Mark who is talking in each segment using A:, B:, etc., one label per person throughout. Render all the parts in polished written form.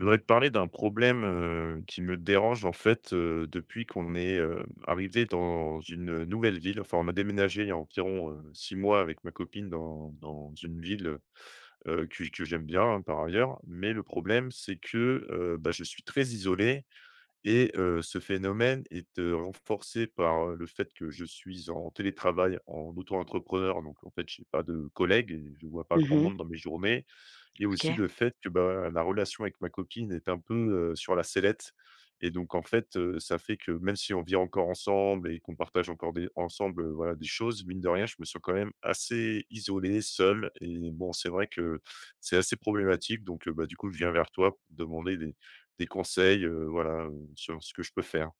A: Je voudrais te parler d'un problème, qui me dérange en fait, depuis qu'on est, arrivés dans une nouvelle ville. Enfin, on a déménagé il y a environ 6 mois avec ma copine dans une ville, que j'aime bien, hein, par ailleurs. Mais le problème, c'est que, bah, je suis très isolé et ce phénomène est, renforcé par, le fait que je suis en télétravail, en auto-entrepreneur. Donc en fait, j'ai pas de collègues et je vois pas grand
B: Mmh.
A: monde dans mes journées et aussi
B: OK.
A: le fait que, bah, la relation avec ma copine est un peu, sur la sellette et donc en fait, ça fait que même si on vit encore ensemble et qu'on partage encore des ensemble, voilà, des choses, mine de rien, je me sens quand même assez isolé, seul, et bon, c'est vrai que c'est assez problématique donc bah, du coup, je viens vers toi pour te demander des conseils, voilà, sur ce que je peux faire.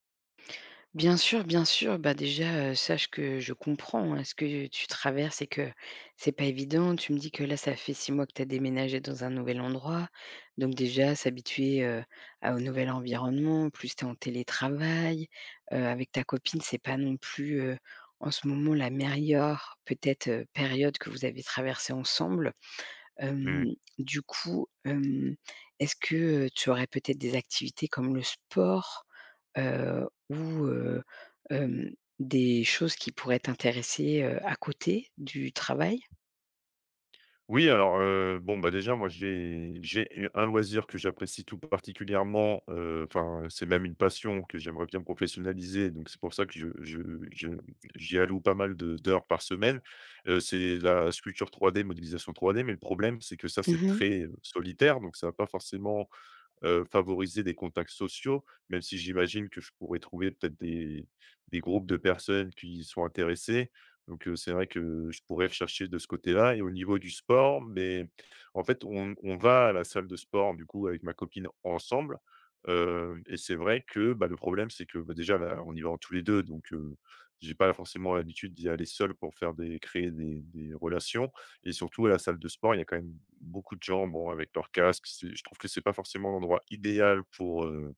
B: Bien sûr, bien sûr. Bah, déjà, sache que je comprends, hein, ce que tu traverses et que c'est pas évident. Tu me dis que là, ça fait 6 mois que tu as déménagé dans un nouvel endroit. Donc déjà, s'habituer, à au nouvel environnement, plus tu es en télétravail, avec ta copine, c'est pas non plus, en ce moment la meilleure peut-être, période que vous avez traversée ensemble.
A: Mmh.
B: Hem, du coup, est-ce que, tu aurais peut-être des activités comme le sport? Ou heu, hem, des choses qui pourraient t'intéresser, à côté du travail?
A: Oui, alors, bon, bah, déjà, moi, j'ai u un loisir que j'apprécie tout particulièrement, enfin, c'est même une passion que j'aimerais bien professionnaliser, donc c'est pour ça que je j'y alloue pas mal de d'heures par semaine. C'est la sculpture 3D, modélisation 3D, mais le problème, c'est que ça, c'est
B: Mmh.
A: très, solitaire, donc ça va pas forcément favoriser des contacts sociaux, même si j'imagine que je pourrais trouver peut-être des groupes de personnes qui sont intéressées. Donc, c'est vrai que je pourrais chercher de ce côté-là, et au niveau du sport, mais en fait, on va à la salle de sport, du coup, avec ma copine ensemble, et c'est vrai que, bah, le problème, c'est que, bah, déjà, là, on y va en tous les 2, donc, j'ai pas forcément l'habitude d'y aller seul pour faire des créer des relations, et surtout, à la salle de sport, il y a quand même beaucoup de gens, bon, avec leur casque. C'est Je trouve que c'est pas forcément l'endroit idéal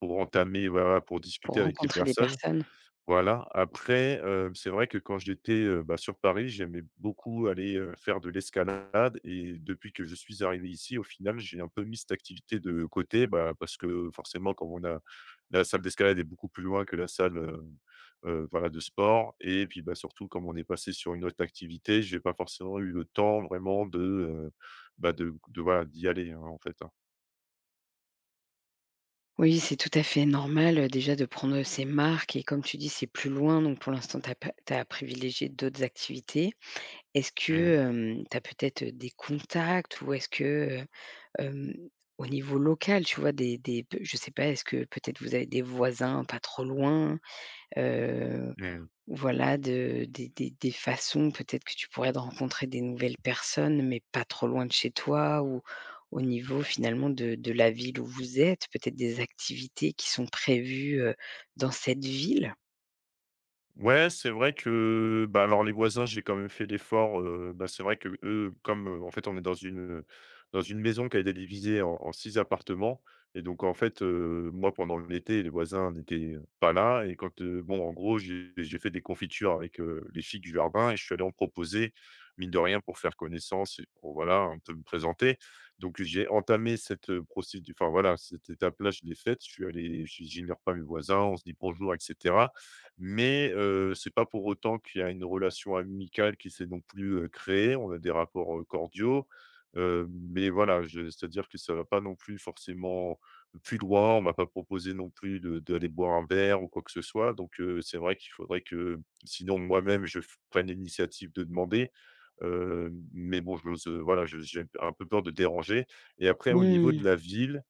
A: pour entamer, voilà, pour discuter
B: Pour
A: avec les
B: rencontrer des
A: personnes.
B: personnes.
A: Voilà, après, c'est vrai que quand j'étais, bah, sur Paris, j'aimais beaucoup aller, faire de l'escalade, et depuis que je suis arrivé ici, au final, j'ai un peu mis cette activité de côté, bah, parce que forcément, quand on a la salle d'escalade est beaucoup plus loin que la salle, voilà, de sport, et puis, bah, surtout comme on est passé sur une autre activité, j'ai pas forcément eu le temps vraiment de, bah, de voilà, d'y aller, hein, en fait, hein.
B: Oui, c'est tout à fait normal, déjà de prendre, ces marques et comme tu dis, c'est plus loin donc pour l'instant tu as privilégié d'autres activités. Est-ce que,
A: Mmh,
B: tu as peut-être, des contacts ou est-ce que, au niveau local, tu vois, des p je sais pas, est-ce que peut-être vous avez des voisins pas trop loin? Heu,
A: mh.
B: voilà, de des façons peut-être que tu pourrais de rencontrer des nouvelles personnes, mais pas trop loin de chez toi ou au niveau finalement de la ville où vous êtes, peut-être des activités qui sont prévues, dans cette ville?
A: Ouais, c'est vrai que, bah, alors les voisins, j'ai quand même fait l'effort, bah, c'est vrai que eux, comme, en fait, on est dans une maison qui a été divisée en 6 appartements, et donc en fait, moi, pendant l'été, les voisins n'étaient pas là, et quand, bon, en gros, j'ai fait des confitures avec, les filles du jardin et je suis allé en proposer, mine de rien, pour faire connaissance et pour, voilà, un peu me présenter. Donc j'ai entamé cette, procédu enfin, voilà, cette étape-là, je l'ai faite. Je suis allé, je j'ignorais pas mes voisins, on se dit bonjour, etc. Mais, c'est pas pour autant qu'il y a une relation amicale qui s'est non plus, créée. On a des rapports, cordiaux, mais voilà, je c'est-à-dire que ça va pas non plus forcément plus loin. On m'a pas proposé non plus de d'aller boire un verre ou quoi que ce soit, donc c'est vrai qu'il faudrait que sinon moi-même je f prenne l'initiative de demander, mais bon, je voilà, je j'ai un peu peur de déranger, et après au niveau de
B: Mmh.
A: la ville,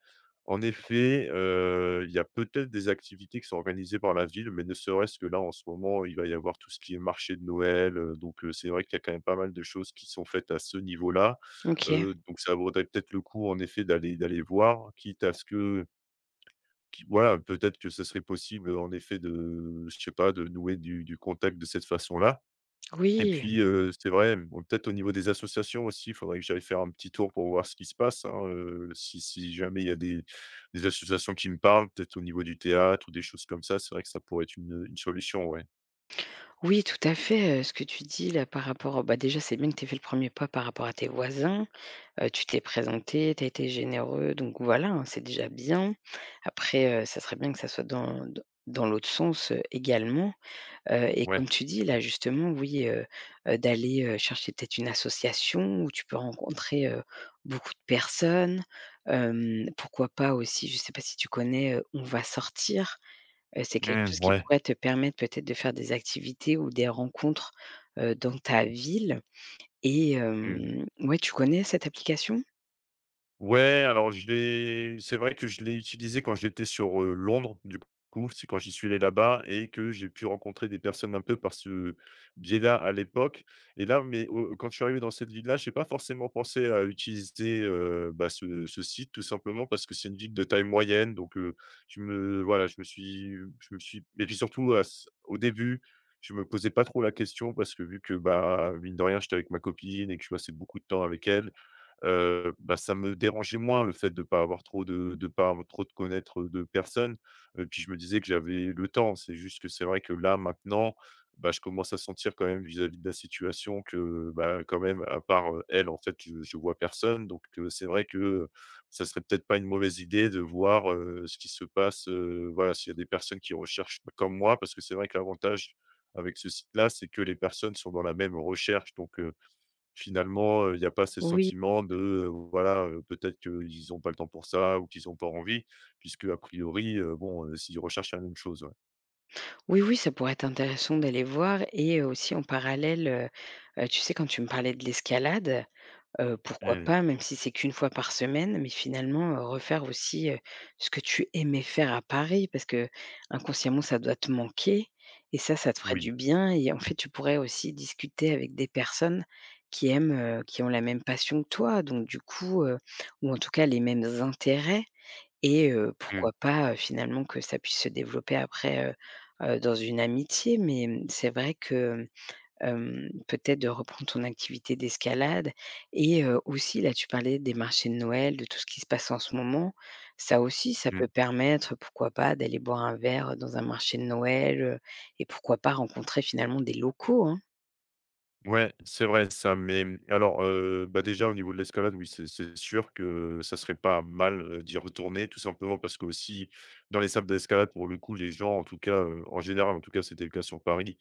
A: en effet, il y a peut-être des activités qui sont organisées par la ville, mais ne serait-ce que là, en ce moment, il va y avoir tout ce qui est marché de Noël, donc c'est vrai qu'il y a quand même pas mal de choses qui sont faites à ce niveau-là.
B: OK.
A: Donc ça vaudrait peut-être le coup, en effet, d'aller voir, quitte à ce que qui voilà, peut-être que ce serait possible, en effet, de je sais pas, de nouer du contact de cette façon-là. Et
B: Oui.
A: puis, c'est vrai, bon, peut-être au niveau des associations aussi, il faudrait que j'aille faire un petit tour pour voir ce qui se passe, hein, si jamais il y a des associations qui me parlent, peut-être au niveau du théâtre ou des choses comme ça, c'est vrai que ça pourrait être une solution, ouais.
B: Oui, tout à fait, ce que tu dis là par rapport au bah, déjà, c'est bien que tu aies fait le premier pas par rapport à tes voisins. Tu t'es présenté, tu as été généreux, donc voilà, hein, c'est déjà bien. Après, ça serait bien que ça soit dans l'autre sens, également, et
A: Ouais.
B: comme tu dis là, justement, oui, d'aller, chercher peut-être une association où tu peux rencontrer, beaucoup de personnes. Pourquoi pas aussi, je sais pas si tu connais, On va sortir? C'est quelque
A: Mmh,
B: chose qui
A: ouais.
B: pourrait te permettre peut-être de faire des activités ou des rencontres, dans ta ville et
A: Mmh.
B: ouais, tu connais cette application?
A: Ouais, alors je l'ai c'est vrai que je l'ai utilisé quand j'étais sur, Londres, du coup, c'est quand j'y suis allé là-bas et que j'ai pu rencontrer des personnes un peu par ce biais-là à l'époque, et là, mais au quand je suis arrivé dans cette ville-là, j'ai pas forcément pensé à utiliser, bah, ce site, tout simplement parce que c'est une ville de taille moyenne, donc, je me voilà, je me suis et puis surtout à ce au début, je me posais pas trop la question parce que vu que, bah, mine de rien, j'étais avec ma copine et que je passais beaucoup de temps avec elle, bah, ça me dérangeait moins le fait de pas avoir trop de pas avoir trop de connaître, de personnes, puis je me disais que j'avais le temps. C'est juste que c'est vrai que là, maintenant, bah, je commence à sentir quand même vis-à-vis de la situation que, bah, quand même à part, elle, en fait, je vois personne, donc c'est vrai que ça serait peut-être pas une mauvaise idée de voir, ce qui se passe, voilà, s'il y a des personnes qui recherchent comme moi. Parce que c'est vrai que l'avantage avec ce site-là, c'est que les personnes sont dans la même recherche, donc finalement, il n'y a pas ce
B: Oui.
A: sentiment de, voilà, peut-être qu'ils n'ont pas le temps pour ça ou qu'ils n'ont pas envie, puisque a priori, bon, s'ils recherchent la même chose, ouais.
B: Oui, oui, ça pourrait être intéressant d'aller voir et aussi en parallèle, tu sais quand tu me parlais de l'escalade. Pourquoi
A: Mmh.
B: pas, même si c'est qu'une fois par semaine, mais finalement, refaire aussi, ce que tu aimais faire à Paris parce que inconsciemment ça doit te manquer et ça te ferait du
A: Oui.
B: bien et en fait, tu pourrais aussi discuter avec des personnes qui aiment, qui ont la même passion que toi donc du coup, ou en tout cas les mêmes intérêts et
A: Mmh.
B: pourquoi pas, finalement que ça puisse se développer après, dans une amitié mais, mmh, c'est vrai que, peut-être de reprendre ton activité d'escalade et aussi là, tu parlais des marchés de Noël, de tout ce qui se passe en ce moment. Ça aussi, ça peut
A: Mmh.
B: permettre, pourquoi pas, d'aller boire un verre, dans un marché de Noël, et pourquoi pas rencontrer finalement des locaux, hein?
A: Ouais, c'est vrai ça, mais, alors, bah, déjà au niveau de l'escalade, oui, c'est sûr que ça serait pas mal, d'y retourner tout simplement parce que, aussi, dans les salles d'escalade, pour le coup, les gens, en tout cas, en général, en tout cas, c'était le cas sur Paris,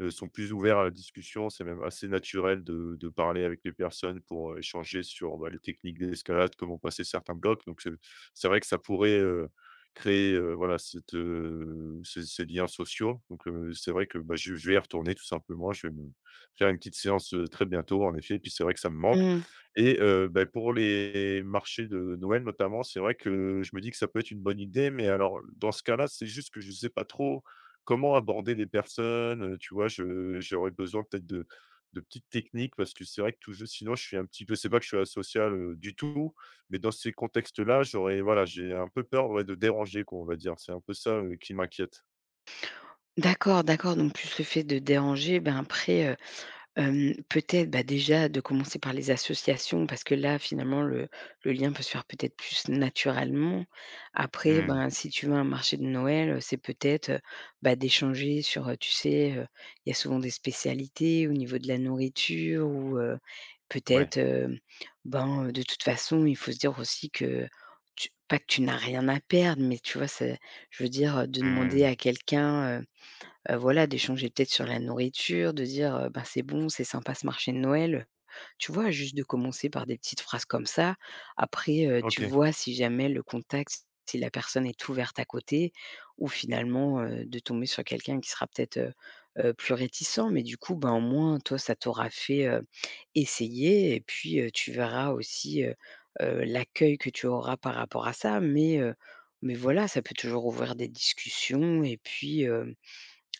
A: sont plus ouverts à la discussion. C'est même assez naturel de parler avec les personnes pour, échanger sur, bah, les techniques d'escalade, comment passer certains blocs. Donc c'est vrai que ça pourrait, créer, voilà cette, ces liens sociaux. Donc c'est vrai que, bah, je vais y retourner tout simplement. Je vais me faire une petite séance, très bientôt en effet, et puis c'est vrai que ça me manque,
B: Mmh.
A: et bah, pour les marchés de Noël notamment, c'est vrai que je me dis que ça peut être une bonne idée, mais alors dans ce cas-là, c'est juste que je ne sais pas trop comment aborder les personnes, tu vois? Je J'aurais besoin peut-être de petites techniques parce que c'est vrai que tout jeu sinon je suis un petit peu, c'est pas que je suis asocial, du tout, mais dans ces contextes-là, j'aurais voilà, j'ai un peu peur, ouais, de déranger quoi, on va dire. C'est un peu ça, qui m'inquiète.
B: D'accord, d'accord, donc plus le fait de déranger, ben après, peut-être, bah, déjà de commencer par les associations parce que là, finalement, le lien peut se faire peut-être plus naturellement. Après,
A: Mmh.
B: ben, si tu vas à un marché de Noël, c'est peut-être, bah, d'échanger sur, tu sais, il y a souvent des spécialités au niveau de la nourriture ou,
A: Ouais.
B: peut-être, ben, de toute façon, il faut se dire aussi que tu pas que tu n'as rien à perdre, mais tu vois, c'est je veux dire, de demander
A: Mmh.
B: à quelqu'un, voilà, d'échanger peut-être sur la nourriture, de dire, «Ben, c'est bon, c'est sympa ce marché de Noël», tu vois? Juste de commencer par des petites phrases comme ça. Après, tu
A: OK.
B: vois si jamais le contact, si la personne est ouverte à côté ou finalement, de tomber sur quelqu'un qui sera peut-être, plus réticent. Mais du coup, ben, au moins toi, ça t'aura fait, essayer et puis, tu verras aussi, l'accueil que tu auras par rapport à ça. Mais voilà, ça peut toujours ouvrir des discussions et puis, hem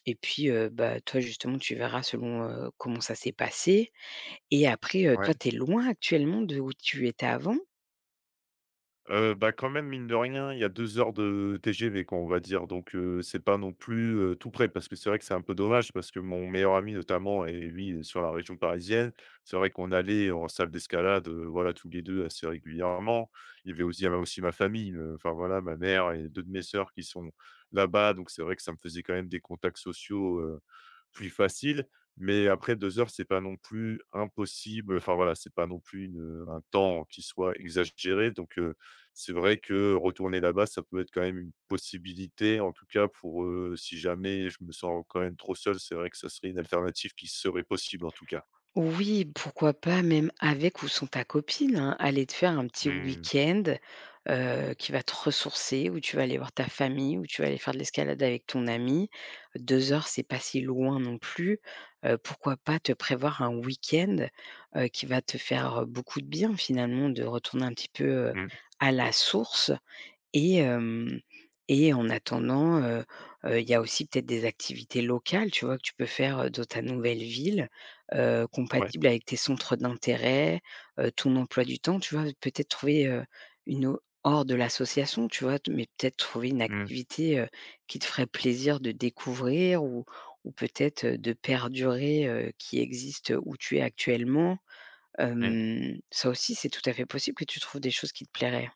B: et puis, bah, toi justement tu verras selon, comment ça s'est passé et après, toi
A: Ouais.
B: tu es loin actuellement de où tu étais avant?
A: Bah, quand même, mine de rien, il y a 2 heures de TGV, quoi, on va dire, donc c'est pas non plus, tout près, parce que c'est vrai que c'est un peu dommage parce que mon meilleur ami notamment, et lui est sur la région parisienne. C'est vrai qu'on allait en salle d'escalade, voilà, tous les 2 assez régulièrement. Il y avait aussi ma famille, enfin voilà, ma mère et 2 de mes sœurs qui sont là-bas, donc c'est vrai que ça me faisait quand même des contacts sociaux, plus faciles. Mais après 2 heures, c'est pas non plus impossible, enfin voilà, c'est pas non plus un temps qui soit exagéré, donc c'est vrai que retourner là-bas, ça peut être quand même une possibilité. En tout cas, pour, si jamais je me sens quand même trop seul, c'est vrai que ça serait une alternative qui serait possible, en tout cas.
B: Oui, pourquoi pas même avec ou sans ta copine, hein, aller te faire un petit
A: Mmh.
B: week-end, qui va te ressourcer, où tu vas aller voir ta famille, où tu vas aller faire de l'escalade avec ton ami. 2 heures, c'est pas si loin non plus. Pourquoi pas te prévoir un week-end, qui va te faire, beaucoup de bien finalement de retourner un petit peu, heu,
A: Mmh.
B: à la source. Et hem et en attendant, il y a aussi peut-être des activités locales, tu vois? Que tu peux faire, dans ta nouvelle ville,
A: Ouais.
B: compatibles avec tes centres d'intérêt, ton emploi du temps, tu vois? Peut-être trouver, une au hors de l'association, tu vois? Mais peut-être trouver une
A: Mmh.
B: activité, qui te ferait plaisir de découvrir ou peut-être, de perdurer, qui existe, où tu es actuellement.
A: Mmh.
B: Ça aussi, c'est tout à fait possible que tu trouves des choses qui te plairaient.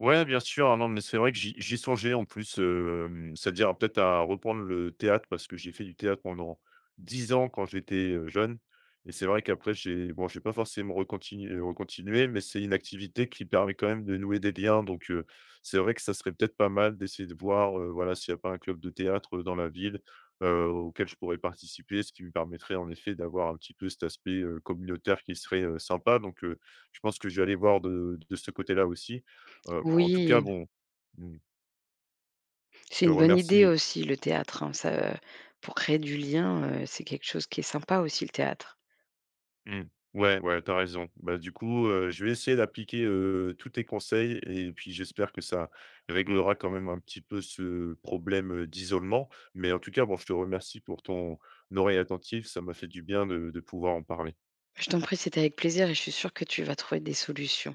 A: Ouais, bien sûr. Ah non, mais c'est vrai que j'y songeais en plus, c'est-à-dire peut-être à reprendre le théâtre parce que j'ai fait du théâtre pendant 10 ans quand j'étais, jeune, et c'est vrai qu'après j'ai bon, j'ai pas forcément recontinué, mais c'est une activité qui permet quand même de nouer des liens donc c'est vrai que ça serait peut-être pas mal d'essayer de voir, voilà, s'il n'y a pas un club de théâtre, dans la ville, auquel je pourrais participer. Ce qui me permettrait en effet d'avoir un petit peu cet aspect, communautaire qui serait, sympa, donc je pense que je vais aller voir de ce côté-là aussi. En tout cas,
B: Oui.
A: bon, mmh, je
B: C'est
A: te
B: une bonne idée
A: remercie.
B: aussi le théâtre, hein, ça pour créer du lien, c'est quelque chose qui est sympa aussi le théâtre.
A: Mmh. Ouais, ouais, t'as raison. Bah, du coup, je vais essayer d'appliquer, tous tes conseils, et puis j'espère que ça réglera quand même un petit peu ce problème, d'isolement. Mais en tout cas, bon, je te remercie pour ton oreille attentive. Ça m'a fait du bien de pouvoir en parler.
B: Je t'en prie, c'était avec plaisir et je suis sûre que tu vas trouver des solutions.